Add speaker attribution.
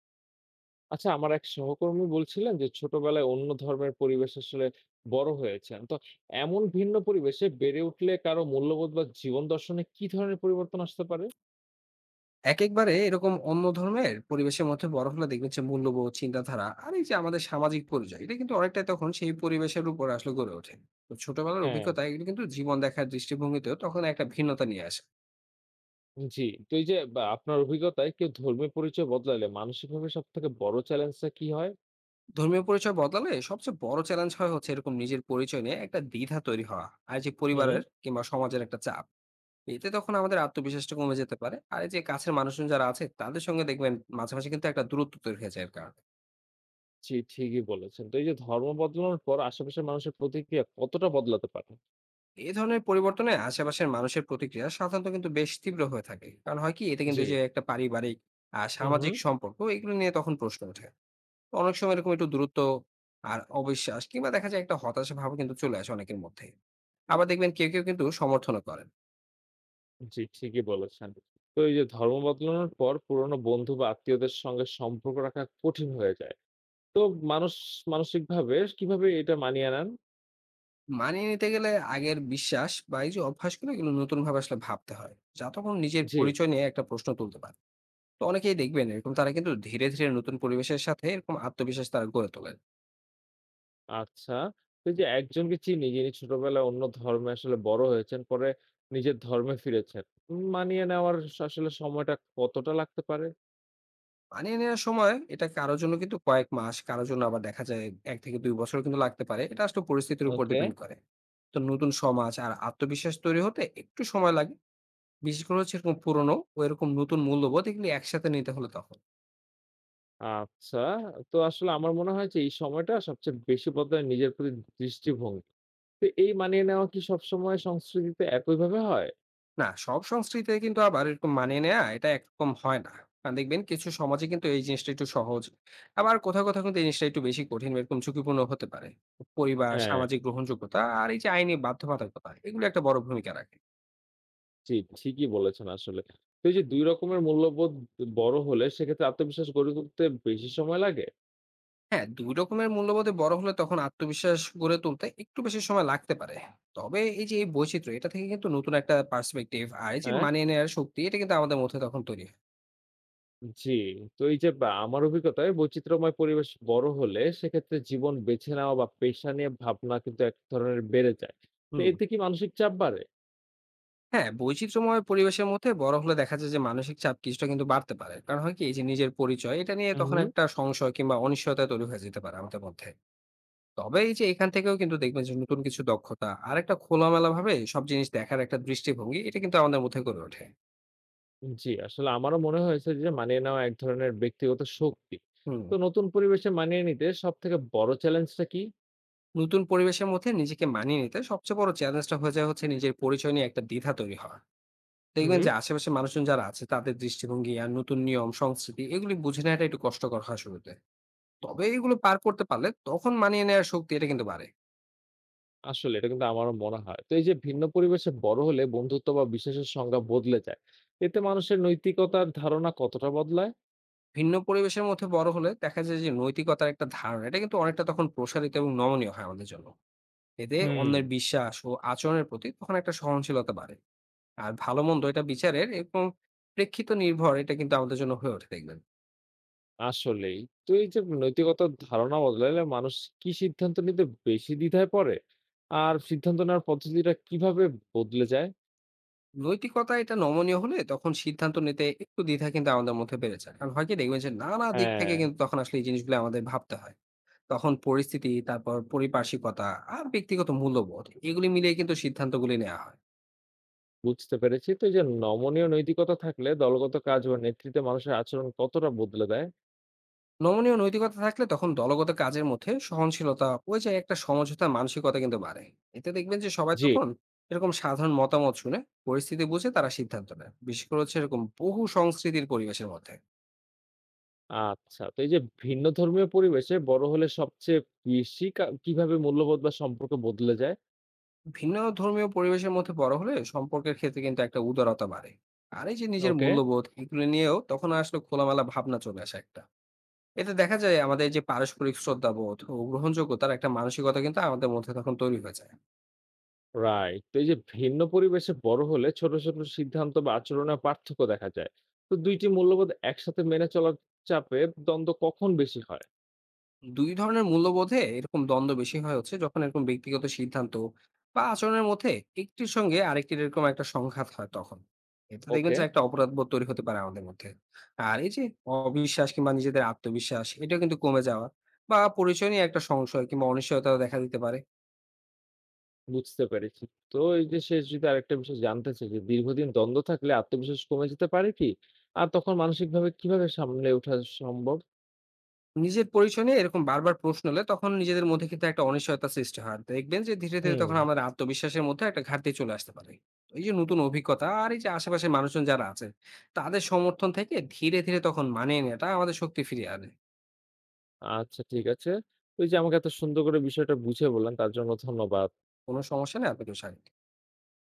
Speaker 1: আচ্ছা, আমার এক সহকর্মী বলছিলেন যে ছোটবেলায় অন্য ধর্মের পরিবেশ আসলে বড় হয়েছেন তো। এমন ভিন্ন পরিবেশে বেড়ে উঠলে কারো মূল্যবোধ বা জীবন দর্শনে কি ধরনের পরিবর্তন আসতে পারে?
Speaker 2: একেকবারে এরকম অন্য ধর্মের পরিবেশের মধ্যে বড় হলে দেখবেন যে মূল্যবোধ, চিন্তাধারা আর এই যে আমাদের সামাজিক পরিচয় এটা কিন্তু অনেকটাই তখন সেই পরিবেশের উপর আসলে গড়ে ওঠে। তো ছোটবেলার
Speaker 1: হ্যাঁ।
Speaker 2: অভিজ্ঞতা এগুলো কিন্তু জীবন দেখার দৃষ্টিভঙ্গিতেও তখন একটা ভিন্নতা নিয়ে আসে।
Speaker 1: জি। তো এই যে বা আপনার অভিজ্ঞতায় কেউ ধর্মীয় পরিচয় বদলালে মানসিকভাবে সব থেকে বড় চ্যালেঞ্জটা কি হয়?
Speaker 2: ধর্মীয় পরিচয় বদলালে সবচেয়ে বড় চ্যালেঞ্জ হয় হচ্ছে এরকম নিজের পরিচয় নিয়ে একটা দ্বিধা তৈরি হওয়া। আর যে
Speaker 1: হুম।
Speaker 2: পরিবারের কিংবা সমাজের একটা চাপ। এতে তখন আমাদের আত্মবিশ্বাসটা কমে যেতে পারে। আর এই যে কাছের মানুষজন যারা আছে তাদের সঙ্গে দেখবেন মাঝে মাঝে কিন্তু একটা দূরত্ব তৈরি হয়ে যায় এর কারণে।
Speaker 1: জি, ঠিকই বলেছেন। তো এই যে ধর্ম বদলানোর পর আশেপাশের মানুষের প্রতিক্রিয়া কতটা বদলাতে পারে?
Speaker 2: এই ধরনের পরিবর্তনে আশেপাশের মানুষের প্রতিক্রিয়া সাধারণত কিন্তু বেশ তীব্র হয়ে থাকে, কারণ হয় কি এতে কিন্তু
Speaker 1: জি।
Speaker 2: যে একটা পারিবারিক আর
Speaker 1: হুম
Speaker 2: সামাজিক
Speaker 1: হুম।
Speaker 2: সম্পর্ক এগুলো নিয়ে তখন প্রশ্ন ওঠে। তো অনেক সময় এরকম একটু দূরত্ব আর অবিশ্বাস কিংবা দেখা যায় একটা হতাশা ভাব কিন্তু চলে আসে অনেকের মধ্যে। আবার দেখবেন কেউ কেউ কিন্তু সমর্থনও করেন।
Speaker 1: জি, ঠিকই বলেছেন। তো এই যে ধর্ম বদলানোর পর পুরনো বন্ধু বা আত্মীয়দের সঙ্গে সম্পর্ক রাখা কঠিন হয়ে যায়। তো মানুষ মানসিকভাবে কিভাবে এটা মানিয়ে নেন?
Speaker 2: মানিয়ে নিতে গেলে আগের বিশ্বাস বা এই যে অভ্যাসগুলো এগুলো নতুন ভাবে আসলে ভাবতে হয়, যা তখন নিজের
Speaker 1: জি।
Speaker 2: পরিচয় নিয়ে একটা প্রশ্ন তুলতে পারে। তো অনেকেই দেখবেন এরকম তারা কিন্তু ধীরে ধীরে নতুন পরিবেশের সাথে এরকম আত্মবিশ্বাস তারা গড়ে তোলেন।
Speaker 1: আচ্ছা। তো এই যে একজনকে চিনি যিনি ছোটবেলায় অন্য ধর্মে আসলে বড় হয়েছেন, পরে নিজের ধর্মে ফিরেছেন। মানিয়ে নেওয়ার আসলে সময়টা কতটা লাগতে পারে?
Speaker 2: মানিয়ে নেওয়ার সময় এটা কারো জন্য কিন্তু কয়েক মাস, কারো জন্য আবার দেখা যায় ১ থেকে ২ বছরও কিন্তু লাগতে পারে। এটা আসলে পরিস্থিতির উপর
Speaker 1: ওকে।
Speaker 2: ডিপেন্ড করে। তো নতুন সমাজ আর আত্মবিশ্বাস তৈরি হতে একটু সময় লাগে। বিশেষ করে হচ্ছে এরকম পুরনো ও এরকম নতুন মূল্যবোধ এগুলি একসাথে নিতে হলে তখন।
Speaker 1: আচ্ছা। তো আসলে আমার মনে হয় যে এই সময়টা সবচেয়ে বেশি বদলায় নিজের প্রতি দৃষ্টিভঙ্গি। তো এই মানিয়ে নেওয়া কি সবসময় সংস্কৃতিতে একইভাবে হয়?
Speaker 2: না, সব সংস্কৃতিতে কিন্তু আবার এরকম মানিয়ে নেয়া এটা একরকম হয় না। কারণ দেখবেন কিছু সমাজে কিন্তু এই জিনিসটা একটু সহজ। আবার কোথাও কোথাও কিন্তু এই জিনিসটা একটু বেশি কঠিন বা এরকম ঝুঁকিপূর্ণ হতে পারে। পরিবার,
Speaker 1: হ্যাঁ,
Speaker 2: সামাজিক গ্রহণযোগ্যতা আর এই যে আইনি বাধ্যবাধকতা এগুলো একটা বড় ভূমিকা রাখে।
Speaker 1: জি, ঠিকই বলেছেন আসলে। তো এই যে ২ রকমের মূল্যবোধ বড় হলে সেক্ষেত্রে আত্মবিশ্বাস গড়ে তুলতে বেশি সময় লাগে?
Speaker 2: হ্যাঁ, ২ রকমের মূল্যবোধে বড় হলে তখন আত্মবিশ্বাস গড়ে তুলতে একটু বেশি সময় লাগতে পারে। তবে এই যে এই বৈচিত্র্য এটা থেকে কিন্তু নতুন একটা পার্সপেক্টিভ আর এই যে
Speaker 1: হ্যাঁ?
Speaker 2: মানিয়ে নেওয়ার শক্তি এটা কিন্তু আমাদের মধ্যে তখন তৈরি হয়।
Speaker 1: জি। তো এই যে বা আমার অভিজ্ঞতায় বৈচিত্র্যময় পরিবেশ বড় হলে সেক্ষেত্রে জীবন বেছে নেওয়া বা পেশা নিয়ে ভাবনা কিন্তু এক ধরনের বেড়ে যায়। তো
Speaker 2: হুম।
Speaker 1: এতে কি মানসিক চাপ বাড়ে?
Speaker 2: হ্যাঁ, বৈচিত্র্যময় পরিবেশের মধ্যে বড় হলে দেখা যায় যে মানসিক চাপ কিছুটা কিন্তু বাড়তে পারে। কারণ হয় কি এই যে নিজের পরিচয় এটা নিয়ে তখন
Speaker 1: উহু।
Speaker 2: একটা সংশয় কিংবা অনিশ্চয়তা তৈরি হয়ে যেতে পারে আমাদের মধ্যে। তবে এই যে এখান থেকেও কিন্তু দেখবেন যে নতুন কিছু দক্ষতা আর একটা খোলামেলাভাবে সব জিনিস দেখার একটা দৃষ্টিভঙ্গি এটা কিন্তু আমাদের মধ্যে গড়ে ওঠে।
Speaker 1: জি, আসলে আমারও মনে হয়েছে যে মানিয়ে নেওয়া এক ধরনের ব্যক্তিগত শক্তি।
Speaker 2: হুম।
Speaker 1: তো নতুন পরিবেশে মানিয়ে নিতে সবথেকে বড় চ্যালেঞ্জটা কি?
Speaker 2: নতুন পরিবেশের মধ্যে নিজেকে মানিয়ে নিতে সবচেয়ে বড় চ্যালেঞ্জটা হয়ে যায় হচ্ছে নিজের পরিচয় নিয়ে একটা দ্বিধা তৈরি হওয়া। দেখবেন যে
Speaker 1: হু।
Speaker 2: আশেপাশে মানুষজন যারা আছে তাদের দৃষ্টিভঙ্গি আর নতুন নিয়ম সংস্কৃতি এগুলি বুঝে নেওয়াটা একটু কষ্টকর হয় শুরুতে। তবে এগুলো পার করতে পারলে তখন মানিয়ে নেওয়ার শক্তি এটা কিন্তু বাড়ে।
Speaker 1: আসলে এটা কিন্তু আমারও মনে হয়। তো এই যে ভিন্ন পরিবেশে বড় হলে বন্ধুত্ব বা বিশ্বাসের সংজ্ঞা বদলে যায়। এতে মানুষের নৈতিকতার ধারণা কতটা বদলায়?
Speaker 2: ভিন্ন পরিবেশের মধ্যে বড় হলে দেখা যায় যে নৈতিকতার একটা ধারণা এটা কিন্তু অনেকটা তখন প্রসারিত এবং নমনীয় হয় আমাদের জন্য। এতে
Speaker 1: হুম।
Speaker 2: অন্যের বিশ্বাস ও আচরণের প্রতি তখন একটা সহনশীলতা বাড়ে। আর ভালো মন্দ এটা বিচারের এবং প্রেক্ষিত নির্ভর এটা কিন্তু আমাদের জন্য হয়ে ওঠে দেখবেন।
Speaker 1: আসলেই। তো এই যে নৈতিকতার ধারণা বদলালে মানুষ কি সিদ্ধান্ত নিতে বেশি দ্বিধায় পড়ে? আর সিদ্ধান্ত নেওয়ার পদ্ধতিটা কিভাবে বদলে যায়?
Speaker 2: নৈতিকতা এটা নমনীয় হলে তখন সিদ্ধান্ত নিতে একটু দ্বিধা কিন্তু আমাদের মধ্যে বেড়ে যায়। কারণ হয় কি দেখবেন যে নানা দিক থেকে
Speaker 1: হ্যাঁ।
Speaker 2: কিন্তু তখন আসলে এই জিনিসগুলো আমাদের ভাবতে হয়। তখন পরিস্থিতি, তারপর পরিপার্শ্বিকতা আর ব্যক্তিগত মূল্যবোধ এগুলি মিলিয়ে কিন্তু সিদ্ধান্তগুলি নেওয়া হয়।
Speaker 1: বুঝতে পেরেছি। তো এই যে নমনীয় নৈতিকতা থাকলে দলগত কাজ বা নেতৃত্বে মানুষের আচরণ কতটা বদলে দেয়?
Speaker 2: নমনীয় নৈতিকতা থাকলে তখন দলগত কাজের মধ্যে সহনশীলতা, ওই যে একটা সমঝোতার মানসিকতা কিন্তু বাড়ে। এতে দেখবেন যে সবাই
Speaker 1: জি।
Speaker 2: তখন এরকম সাধারণ মতামত শুনে পরিস্থিতি বুঝে তারা সিদ্ধান্ত নেয়। বিশেষ করে হচ্ছে এরকম বহু সংস্কৃতির পরিবেশের মধ্যে।
Speaker 1: আচ্ছা। তো এই যে ভিন্ন ধর্মীয় পরিবেশে বড় হলে সবচেয়ে বেশি কিভাবে মূল্যবোধ বা সম্পর্ক বদলে যায়?
Speaker 2: ভিন্ন ধর্মীয় পরিবেশের মধ্যে বড় হলে সম্পর্কের ক্ষেত্রে কিন্তু একটা উদারতা বাড়ে। আর এই যে নিজের
Speaker 1: ওকে।
Speaker 2: মূল্যবোধ এগুলো নিয়েও তখন আসলে খোলামেলা ভাবনা চলে আসে একটা। এতে দেখা যায় আমাদের যে পারস্পরিক শ্রদ্ধাবোধ ও গ্রহণযোগ্যতার একটা মানসিকতা কিন্তু আমাদের মধ্যে তখন তৈরি হয়ে যায়।
Speaker 1: রাইট। তো এই যে ভিন্ন পরিবেশে বড় হলে ছোট, ছোট সিদ্ধান্ত বা আচরণে পার্থক্য দেখা যায়। তো ২ টি মূল্যবোধ একসাথে মেনে চলার চাপে দ্বন্দ্ব কখন বেশি হয়?
Speaker 2: দুই ধরনের মূল্যবোধে এরকম দ্বন্দ্ব বেশি হয় হচ্ছে যখন এরকম ব্যক্তিগত সিদ্ধান্ত বা আচরণের মধ্যে একটির সঙ্গে আরেকটির এরকম একটা সংঘাত হয় তখন। এতে দেখবেন
Speaker 1: ওকে।
Speaker 2: যে একটা অপরাধবোধ তৈরি হতে পারে আমাদের মধ্যে। আর এই যে অবিশ্বাস কিংবা নিজেদের আত্মবিশ্বাস এটা কিন্তু কমে যাওয়া বা পরিচয় নিয়ে একটা সংশয় কিংবা অনিশ্চয়তা দেখা দিতে পারে।
Speaker 1: বুঝতে পেরেছি। তো এই যে শেষ যদি আরেকটা বিষয় জানতে চাই যে দীর্ঘদিন দ্বন্দ্ব থাকলে আত্মবিশ্বাস কমে যেতে পারে কি? আর তখন মানসিকভাবে কিভাবে সামলে ওঠা সম্ভব?
Speaker 2: নিজের পরিচয় নিয়ে এরকম বারবার প্রশ্ন হলে তখন নিজেদের মধ্যে কিন্তু একটা অনিশ্চয়তা সৃষ্টি হয়। দেখবেন যে ধীরে ধীরে
Speaker 1: হুম।
Speaker 2: তখন আমাদের আত্মবিশ্বাসের মধ্যে একটা ঘাটতি চলে আসতে পারে। তো এই যে নতুন অভিজ্ঞতা আর এই যে আশেপাশের মানুষজন যারা আছে, তাদের সমর্থন থেকে ধীরে ধীরে তখন মানিয়ে নেয়াটা আমাদের শক্তি ফিরিয়ে আনে।
Speaker 1: আচ্ছা, ঠিক আছে। ওই যে আমাকে এত সুন্দর করে বিষয়টা বুঝিয়ে বললেন, তার জন্য ধন্যবাদ।
Speaker 2: কোন সমস্যা নেই, আপনাকেও স্বাগত।